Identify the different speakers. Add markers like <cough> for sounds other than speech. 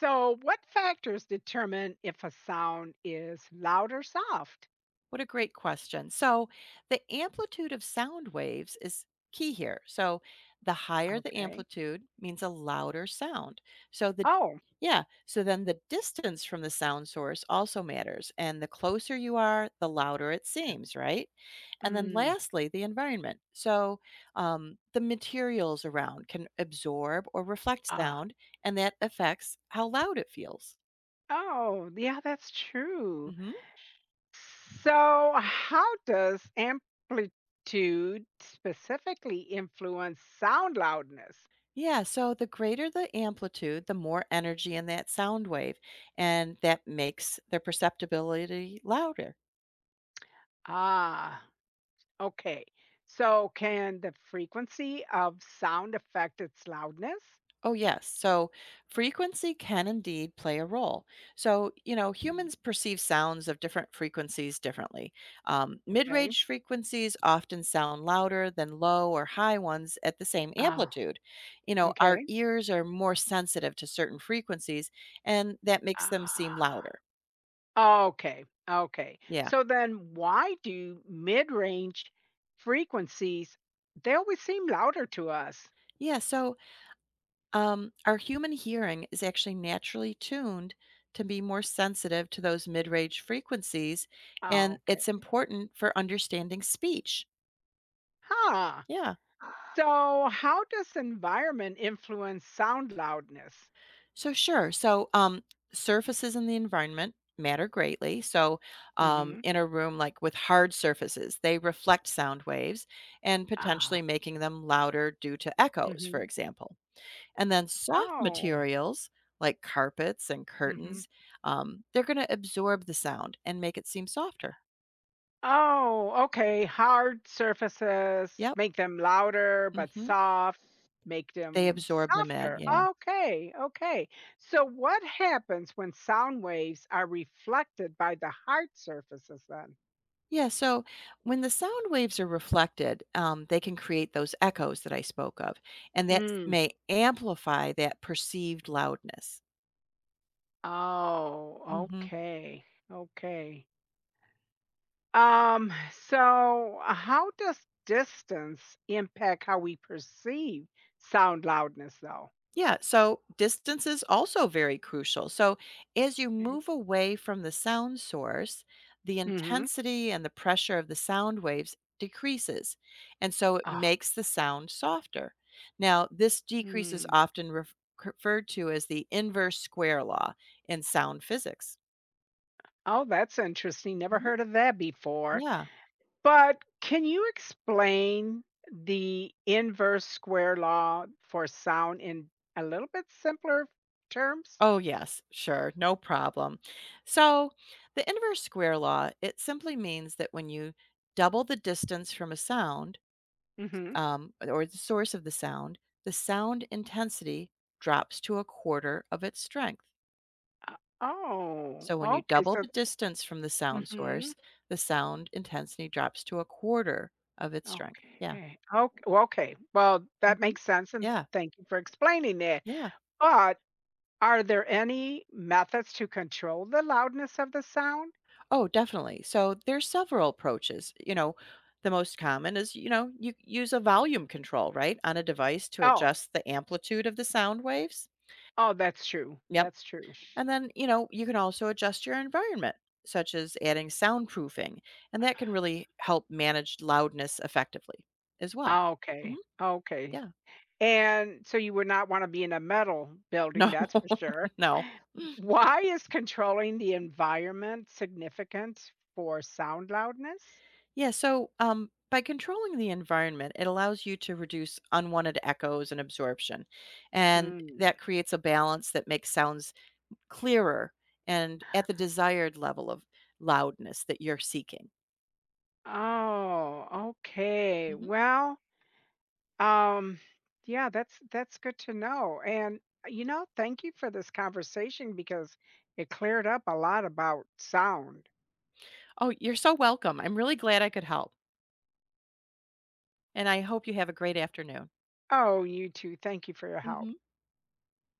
Speaker 1: So, what factors determine if a sound is loud or soft?
Speaker 2: What a great question. So, the amplitude of sound waves is key here. So, the higher the
Speaker 1: Okay.
Speaker 2: amplitude means a louder sound. So, the
Speaker 1: Oh,
Speaker 2: Yeah, so then the distance from the sound source also matters. And the closer you are, the louder it seems, right? And then
Speaker 1: mm,
Speaker 2: lastly, the environment. The materials around can absorb or reflect
Speaker 1: ah,
Speaker 2: sound, and that affects how loud it feels.
Speaker 1: oh, yeah, that's true.
Speaker 2: Hmm
Speaker 1: So, how does amplitude specifically influence sound loudness?
Speaker 2: Yeah, so the greater the amplitude, the more energy in that sound wave, and that makes the perceptibility louder.
Speaker 1: Ah, okay. So, can the frequency of sound affect its loudness?
Speaker 2: Oh, yes. So frequency can indeed play a role.
Speaker 1: Mm,
Speaker 2: Humans perceive sounds of different frequencies differently. Mid
Speaker 1: okay.
Speaker 2: range frequencies often sound louder than low or high ones at the same
Speaker 1: Ah,
Speaker 2: amplitude. Our
Speaker 1: okay.
Speaker 2: ears are more sensitive to certain frequencies, and that makes them seem
Speaker 1: Ah.
Speaker 2: louder.
Speaker 1: Okay, okay.
Speaker 2: Yeah.
Speaker 1: So then why do mid-range frequencies they always seem louder to us?
Speaker 2: Yeah. Our human hearing is actually naturally tuned to be more sensitive to those mid range frequencies, and
Speaker 1: Okay.
Speaker 2: it's important for understanding speech.
Speaker 1: Huh.
Speaker 2: Yeah.
Speaker 1: So how does environment influence sound loudness?
Speaker 2: So, sure. Surfaces in the environment matter greatly.
Speaker 1: Mm-hmm.
Speaker 2: In a room like with hard surfaces, they reflect sound waves and
Speaker 1: Oh.
Speaker 2: potentially making them louder due to echoes, for
Speaker 1: Mm-hmm.
Speaker 2: example. And then soft
Speaker 1: Oh.
Speaker 2: materials like carpets and
Speaker 1: Mm-hmm.
Speaker 2: curtains, they're going to absorb the sound and make it seem softer.
Speaker 1: Oh, okay. Hard surfaces
Speaker 2: Yep.
Speaker 1: make them louder, but
Speaker 2: hmm
Speaker 1: soft make
Speaker 2: They
Speaker 1: them
Speaker 2: absorb them in.
Speaker 1: softer.
Speaker 2: Yeah.
Speaker 1: Okay, okay. So, what happens when sound waves are reflected by the hard surfaces then?
Speaker 2: Yeah. So when the sound waves are reflected, they can create those echoes that I spoke of, and that
Speaker 1: Mm.
Speaker 2: may amplify that perceived loudness.
Speaker 1: Oh,
Speaker 2: Hmm
Speaker 1: okay, okay. Um, so how does distance impact how we perceive sound loudness though?
Speaker 2: Yeah, so distance is also very crucial. So as you move away from the sound source, the
Speaker 1: Mm-hmm.
Speaker 2: intensity and the pressure of the sound waves decreases. And so it
Speaker 1: Oh.
Speaker 2: makes the sound softer. Now, this decrease is
Speaker 1: Mm.
Speaker 2: often referred to as the inverse square law in sound physics.
Speaker 1: Oh, that's interesting. Never
Speaker 2: Mhm.
Speaker 1: heard of that before.
Speaker 2: Yeah.
Speaker 1: But can you explain the inverse square law for sound in a little bit simpler terms?
Speaker 2: Oh, yes, sure, no problem. So the inverse square law, it simply means that when you double the distance from a sound,
Speaker 1: Mm-hmm.
Speaker 2: or the source of the sound intensity drops to a quarter of its strength.
Speaker 1: Uh, Oh,
Speaker 2: So when you
Speaker 1: okay.
Speaker 2: double
Speaker 1: So,
Speaker 2: the distance from the sound
Speaker 1: mm-hmm.
Speaker 2: source, the sound intensity drops to a quarter of its strength.
Speaker 1: Okay.
Speaker 2: Yeah.
Speaker 1: Okay. Well, okay. Well, that
Speaker 2: hmm
Speaker 1: makes sense. And
Speaker 2: Yeah.
Speaker 1: thank you for explaining that.
Speaker 2: Yeah.
Speaker 1: But are there any methods to control the loudness of the sound?
Speaker 2: Oh, definitely. So there's several approaches. The most common is, you know, you use a volume control, right, on a device to
Speaker 1: Oh,
Speaker 2: adjust the amplitude of the sound waves.
Speaker 1: oh, that's true.
Speaker 2: Yep.
Speaker 1: That's true.
Speaker 2: And then, you know, you can also adjust your environment, such as adding soundproofing, and that can really help manage loudness effectively as well. Mhm.
Speaker 1: Okay. Okay.
Speaker 2: Yeah.
Speaker 1: And so you would not wanna be in a metal
Speaker 2: No.
Speaker 1: building, that's for sure.
Speaker 2: <laughs> No.
Speaker 1: <laughs> Why is controlling the environment significant for sound loudness?
Speaker 2: Yeah, by controlling the environment, it allows you to reduce unwanted echoes and absorption, and
Speaker 1: Mm.
Speaker 2: that creates a balance that makes sounds clearer and at the desired level of loudness that you're seeking.
Speaker 1: Oh, okay.
Speaker 2: Mhm.
Speaker 1: Well, um, yeah, that's good to know, and, thank you for this conversation because it cleared up a lot about sound.
Speaker 2: Oh, you're so welcome. I'm really glad I could help, and I hope you have a great afternoon.
Speaker 1: Oh, you too. Thank you for your help.
Speaker 2: Mhm.